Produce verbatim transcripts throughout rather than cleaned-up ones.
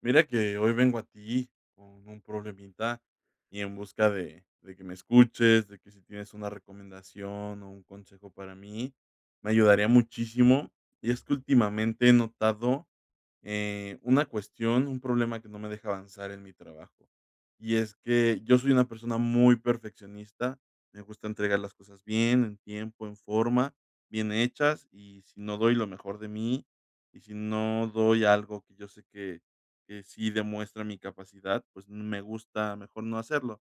Mira que hoy vengo a ti con un problemita y en busca de, de que me escuches, de que si tienes una recomendación o un consejo para mí, me ayudaría muchísimo. Y es que últimamente he notado eh, una cuestión, un problema que no me deja avanzar en mi trabajo. Y es que yo soy una persona muy perfeccionista, me gusta entregar las cosas bien, en tiempo, en forma, bien hechas, y si no doy lo mejor de mí, y si no doy algo que yo sé que, que sí demuestra mi capacidad, pues me gusta mejor no hacerlo.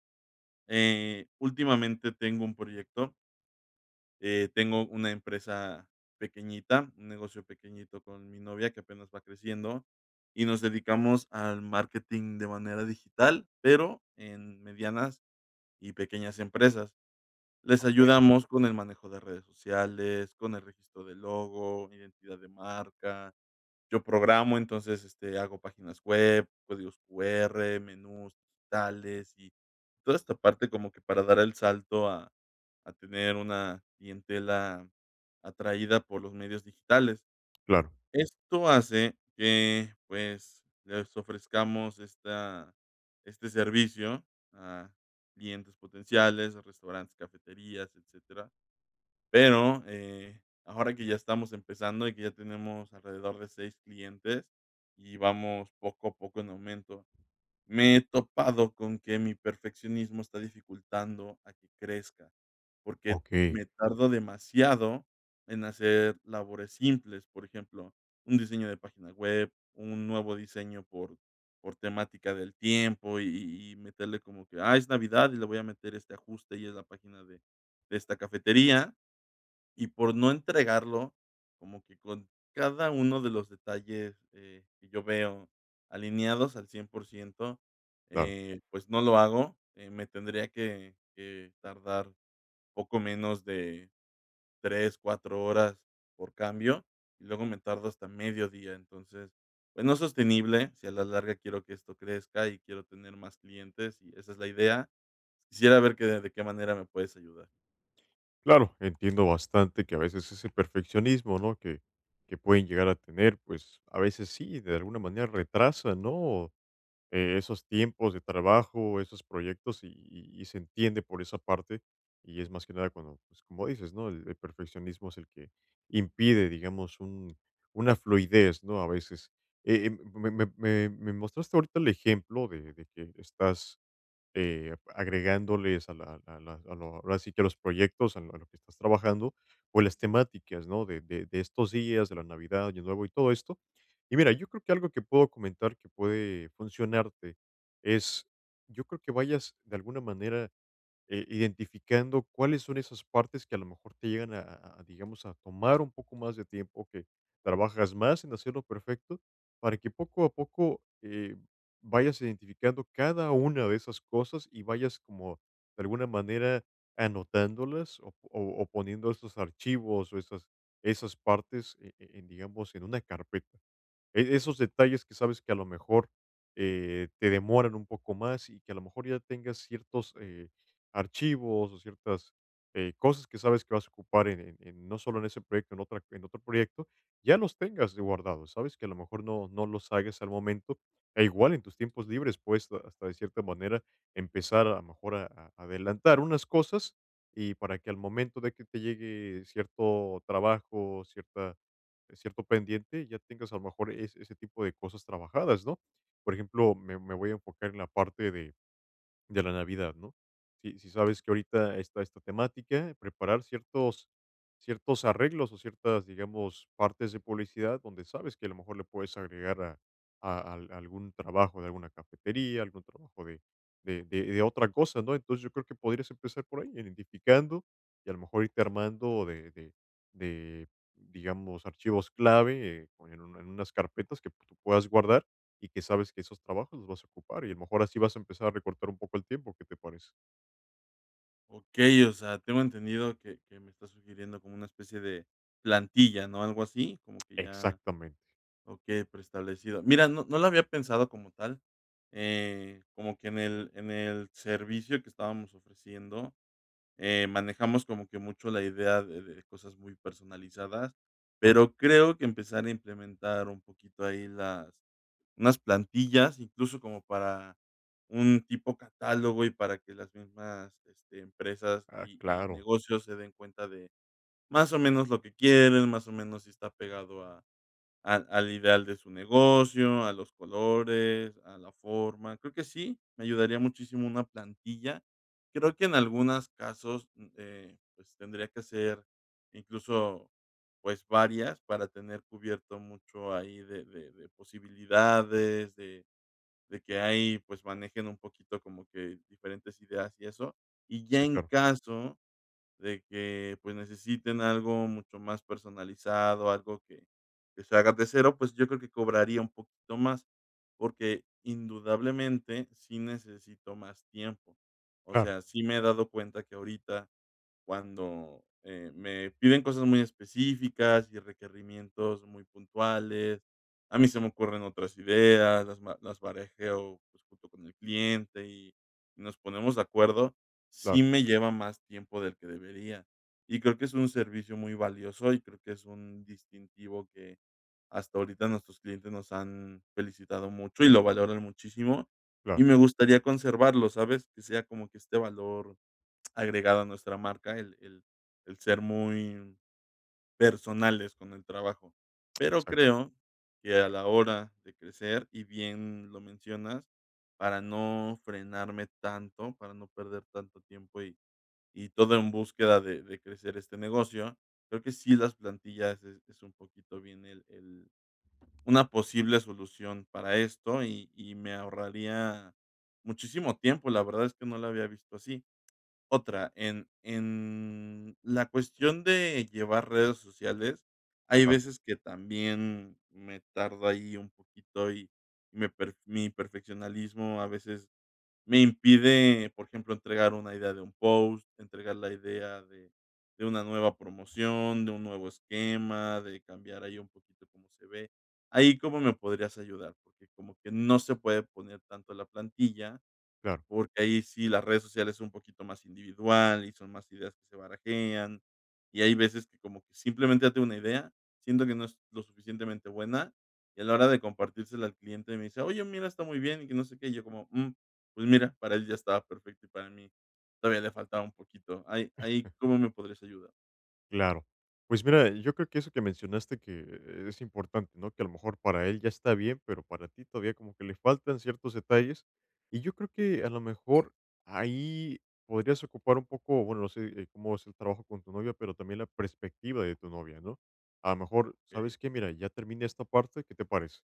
Eh, últimamente tengo un proyecto eh, tengo una empresa pequeñita, un negocio pequeñito con mi novia que apenas va creciendo y nos dedicamos al marketing de manera digital, pero en medianas y pequeñas empresas. Les Okey, ayudamos con el manejo de redes sociales, con el registro de logo, identidad de marca, yo programo, entonces, este, hago páginas web, códigos Q R, menús digitales y toda esta parte como que para dar el salto a a tener una clientela atraída por los medios digitales. claro, Esto hace que, pues, les ofrezcamos esta este servicio a clientes potenciales, a restaurantes, cafeterías, etcétera, pero, eh, ahora que ya estamos empezando y que ya tenemos alrededor de seis clientes y vamos poco a poco en aumento, me he topado con que mi perfeccionismo está dificultando a que crezca, porque okey, me tardo demasiado en hacer labores simples, por ejemplo, un diseño de página web, un nuevo diseño por por temática del tiempo y y meterle como que, ah, es Navidad y le voy a meter este ajuste y es la página de de esta cafetería. Y por no entregarlo, como que con cada uno de los detalles, eh, que yo veo alineados al cien por ciento, claro, eh, pues no lo hago, eh, me tendría que que tardar poco menos de tres cuatro horas por cambio, y luego me tardo hasta mediodía. Entonces, pues no es sostenible, si a la larga quiero que esto crezca y quiero tener más clientes, y esa es la idea. Quisiera ver que de de qué manera me puedes ayudar. claro, entiendo bastante que a veces ese perfeccionismo, ¿no?, que que pueden llegar a tener, pues, a veces sí, de alguna manera retrasa, ¿no?, eh, esos tiempos de trabajo, esos proyectos, y y y se entiende por esa parte, y es más que nada cuando, pues, como dices, ¿no?, el el perfeccionismo es el que impide, digamos, un una fluidez, ¿no?, a veces. Eh, eh, me me me me mostraste ahorita el ejemplo de de que estás eh, agregándoles a la, a la- a lo- ahora sí que a los proyectos, a lo, a lo que estás trabajando, o las temáticas, ¿no? De, de- de estos días, de la Navidad, Año Nuevo y todo esto. Y mira, yo creo que algo que puedo comentar que puede funcionarte es, yo creo que vayas de alguna manera eh, identificando cuáles son esas partes que a lo mejor te llegan a, a- a, digamos, a tomar un poco más de tiempo, que trabajas más en hacerlo perfecto, para que poco a poco eh, vayas identificando cada una de esas cosas y vayas como de alguna manera anotándolas o, o- o poniendo estos archivos o esas, esas partes, eh, eh, en, digamos, en una carpeta. E esos detalles que sabes que a lo mejor, eh, te demoran un poco más y que a lo mejor ya tengas ciertos, eh, archivos o ciertas, eh, cosas que sabes que vas a ocupar en en en no solo en ese proyecto, en otra en otro proyecto, ya los tengas de guardados, ¿sabes? Que a lo mejor no no los hagas al momento, e igual en tus tiempos libres puedes a- hasta de cierta manera empezar a lo mejor a a adelantar unas cosas y para que al momento de que te llegue cierto trabajo, cierta eh, cierto pendiente, ya tengas a lo mejor es- ese tipo de cosas trabajadas, ¿no? Por ejemplo, me, me voy a enfocar en la parte de, de la Navidad, ¿no? Si si sabes que ahorita está esta temática, preparar ciertos ciertos arreglos o ciertas, digamos, partes de publicidad donde sabes que a lo mejor le puedes agregar a a al algún trabajo de alguna cafetería, algún trabajo de de de de otra cosa, ¿no? Entonces, yo creo que podrías empezar por ahí, identificando y a lo mejor irte armando de de de, digamos, archivos clave, eh, o en un en unas carpetas que tú puedas guardar y que sabes que esos trabajos los vas a ocupar y a lo mejor así vas a empezar a recortar un poco el tiempo, ¿qué te parece? Ok, o sea, tengo entendido que que me está sugiriendo como una especie de plantilla, ¿no? Algo así, como que ya, Exactamente. ok, preestablecido. Mira, no no lo había pensado como tal, eh, como que en el en el servicio que estábamos ofreciendo, eh, manejamos como que mucho la idea de de cosas muy personalizadas, No, pero creo que empezar a implementar un poquito ahí las unas plantillas, incluso como para un tipo catálogo y para que las mismas, este, empresas ah, y y claro. negocios se den cuenta de más o menos lo que quieren, más o menos si está pegado a al al ideal de su negocio, a los colores, a la forma. Creo que sí, me ayudaría muchísimo una plantilla. Creo que en algunos casos, mm, eh, pues, tendría que hacer incluso, pues, varias para tener cubierto mucho ahí de de de posibilidades, de de que ahí, pues, manejen un poquito como que diferentes ideas y eso. Y ya Sí, en claro, Claro, caso de que, pues, necesiten algo mucho más personalizado, algo que que se haga de cero, pues, yo creo que cobraría un poquito más, porque indudablemente sí necesito más tiempo. O claro, sea, sí me he dado cuenta que ahorita cuando, eh, me piden cosas muy específicas y requerimientos muy puntuales. A mí se me ocurren otras ideas, las ma las barajeo, pues, junto con el cliente y y nos ponemos de acuerdo, sí claro, me lleva más tiempo del que debería. Y creo que es un servicio muy valioso y creo que es un distintivo que hasta ahorita nuestros clientes nos han felicitado mucho y lo valoran muchísimo, claro, y me gustaría conservarlo, ¿sabes? Que sea como que este valor agregado a nuestra marca el el el ser muy personales con el trabajo. Pero exacto, creo que a la hora de crecer, y bien lo mencionas, para no frenarme tanto, para no perder tanto tiempo y y todo en búsqueda de de crecer este negocio, creo que sí las plantillas es es un poquito bien el el una posible solución para esto, y y me ahorraría muchísimo tiempo. La verdad es que no lo había visto así. Otra, en en la cuestión de llevar redes sociales, hay claro, veces que también me tardo ahí un poquito y me per mi perfeccionalismo a veces me impide, por ejemplo, entregar una idea de un post, entregar la idea de de una nueva promoción, de un nuevo esquema, de cambiar ahí un poquito cómo se ve. Ahí, ¿cómo me podrías ayudar? Porque como que no se puede poner tanto la plantilla claro. porque ahí sí las redes sociales son un poquito más individual y son más ideas que se barajean, y hay veces que como que simplemente date una idea, siento que no es lo suficientemente buena, y a la hora de compartírsela al cliente me dice: "Oye, mira, está muy bien", y que no sé qué, y yo como: "Mm, pues mira, para él ya estaba perfecto y para mí todavía le faltaba un poquito". Ahí ahí, ¿cómo me podrías ayudar? Claro. Pues mira, yo creo que eso que mencionaste que es importante, ¿no? Que a lo mejor para él ya está bien, pero para ti todavía como que le faltan ciertos detalles. Y yo creo que a lo mejor ahí podrías ocupar un poco, bueno, no sé eh, cómo es el trabajo con tu novia, pero también la perspectiva de tu novia, ¿no? A lo mejor, Okey, ¿sabes qué? Mira, ya terminé esta parte, ¿qué te parece?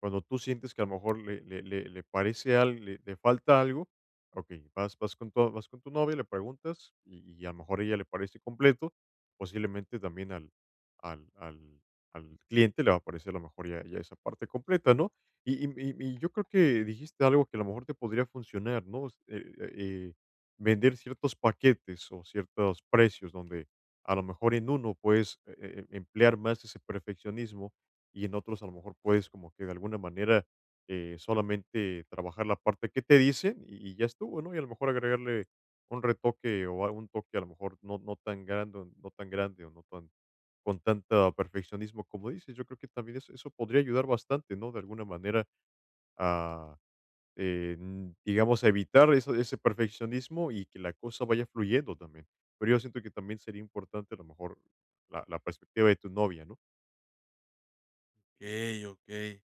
Cuando tú sientes que a lo mejor le, le, le, le parece al, le, le falta algo, ok, vas, vas, con tu, vas con tu novia, le preguntas y, y a lo mejor a ella le parece completo, posiblemente también al, al, al, al cliente le va a parecer a lo mejor ya, ya esa parte completa, ¿no? Y, y, y- y yo creo que dijiste algo que a lo mejor te podría funcionar, ¿no? Es, eh, eh, eh, vender ciertos paquetes o ciertos precios donde a lo mejor en uno puedes eh, eh, emplear más ese perfeccionismo y en otros a lo mejor puedes como que de alguna manera eh, solamente trabajar la parte que te dicen y, y ya estuvo, ¿no? Y a lo mejor agregarle un retoque o a- un toque a lo mejor no, no tan grande, o no tan grande o no tan con tanto perfeccionismo como dices, yo creo que también eso, eso podría ayudar bastante, ¿no? De alguna manera a, eh, mm, digamos, a evitar eso- ese perfeccionismo y que la cosa vaya fluyendo también. Pero yo siento que también sería importante a lo mejor la, la perspectiva de tu novia, ¿no? okey, okey.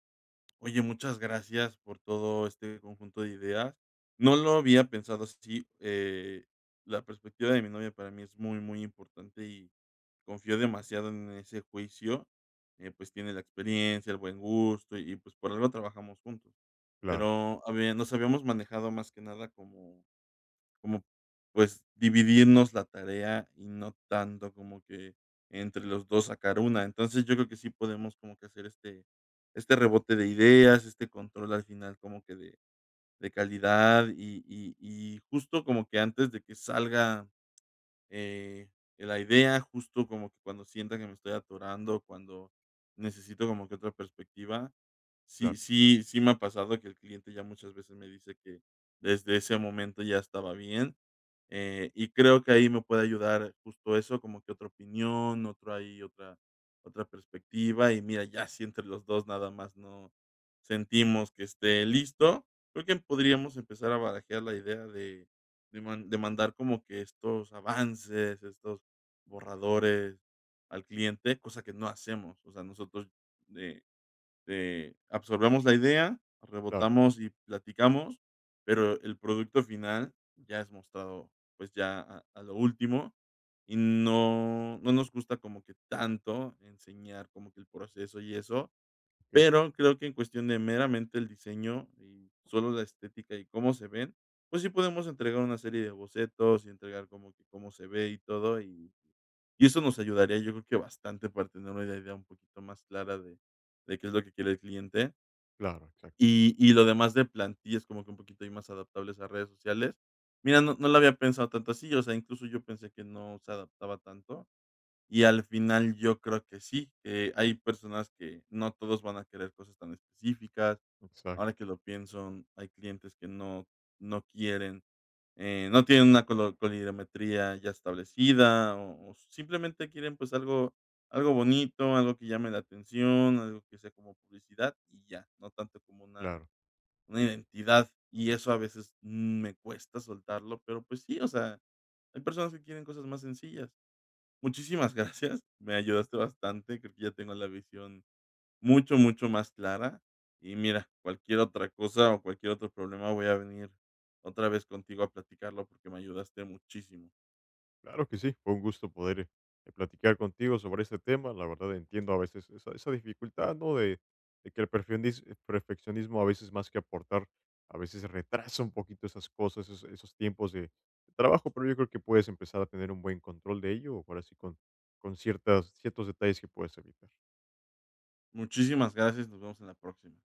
Oye, muchas gracias por todo este conjunto de ideas. No lo había pensado así. Eh, la perspectiva de mi novia para mí es muy, muy importante y confío demasiado en ese juicio. Eh, pues tiene la experiencia, el buen gusto y, pues por algo trabajamos juntos. Claro, Pero había- nos habíamos manejado más que nada como como, pues, dividirnos la tarea y no tanto como que entre los dos sacar una. Entonces, yo creo que sí podemos como que hacer este este rebote de ideas, este control al final como que de de calidad y y y justo como que antes de que salga, eh, la idea, justo como que cuando sienta que me estoy atorando, cuando necesito como que otra perspectiva. Sí claro, sí sí me ha pasado que el cliente ya muchas veces me dice que desde ese momento ya estaba bien, eh, y creo que ahí me puede ayudar justo eso, como que otra opinión, otro ahí, otra otra perspectiva, y mira, ya si entre los dos nada más no sentimos que esté listo, creo que podríamos empezar a barajear la idea de de man de mandar como que estos avances, estos borradores al cliente, cosa que no hacemos. O sea, nosotros, eh eh, absorbemos la idea, claro. rebotamos y platicamos, pero el producto final ya es mostrado, pues, ya a a lo último, y no no nos gusta como que tanto enseñar como que el proceso y eso, pero creo que en cuestión de meramente el diseño y solo la estética y cómo se ven, pues sí podemos entregar una serie de bocetos y entregar como que cómo se ve y todo y y eso nos ayudaría, yo creo que bastante para tener una idea un poquito más clara de de qué es lo que quiere el cliente. Claro, exacto, Y y lo demás de plantillas, como que un poquito ahí más adaptables a redes sociales. Mira, no no lo había pensado tanto así, o sea, incluso yo pensé que no se adaptaba tanto, y al final yo creo que sí, que hay personas que no todos van a querer cosas tan específicas. exacto, Ahora que lo pienso, hay clientes que no no quieren eh, no tienen una colo colorimetría ya establecida, o o simplemente quieren, pues, algo algo bonito, algo que llame la atención, algo que sea como publicidad y ya, no tanto como una claro. una identidad, y eso a veces, mm, me cuesta soltarlo, pero, pues sí, o sea, hay personas que quieren cosas más sencillas. Muchísimas gracias, me ayudaste bastante, creo que ya tengo la visión mucho, mucho más clara. Y mira, cualquier otra cosa o cualquier otro problema, voy a venir otra vez contigo a platicarlo porque me ayudaste muchísimo. Claro que sí, fue un gusto poder eh, eh, platicar contigo sobre este tema. La verdad entiendo a veces esa, esa dificultad, ¿no? De, de que el perfionis- el perfeccionismo a veces más que aportar, a veces retrasa un poquito esas cosas, esos, esos tiempos de, de trabajo, pero yo creo que puedes empezar a tener un buen control de ello, o ahora sí con, con ciertas, ciertos detalles que puedes evitar. Muchísimas gracias. Nos vemos en la próxima.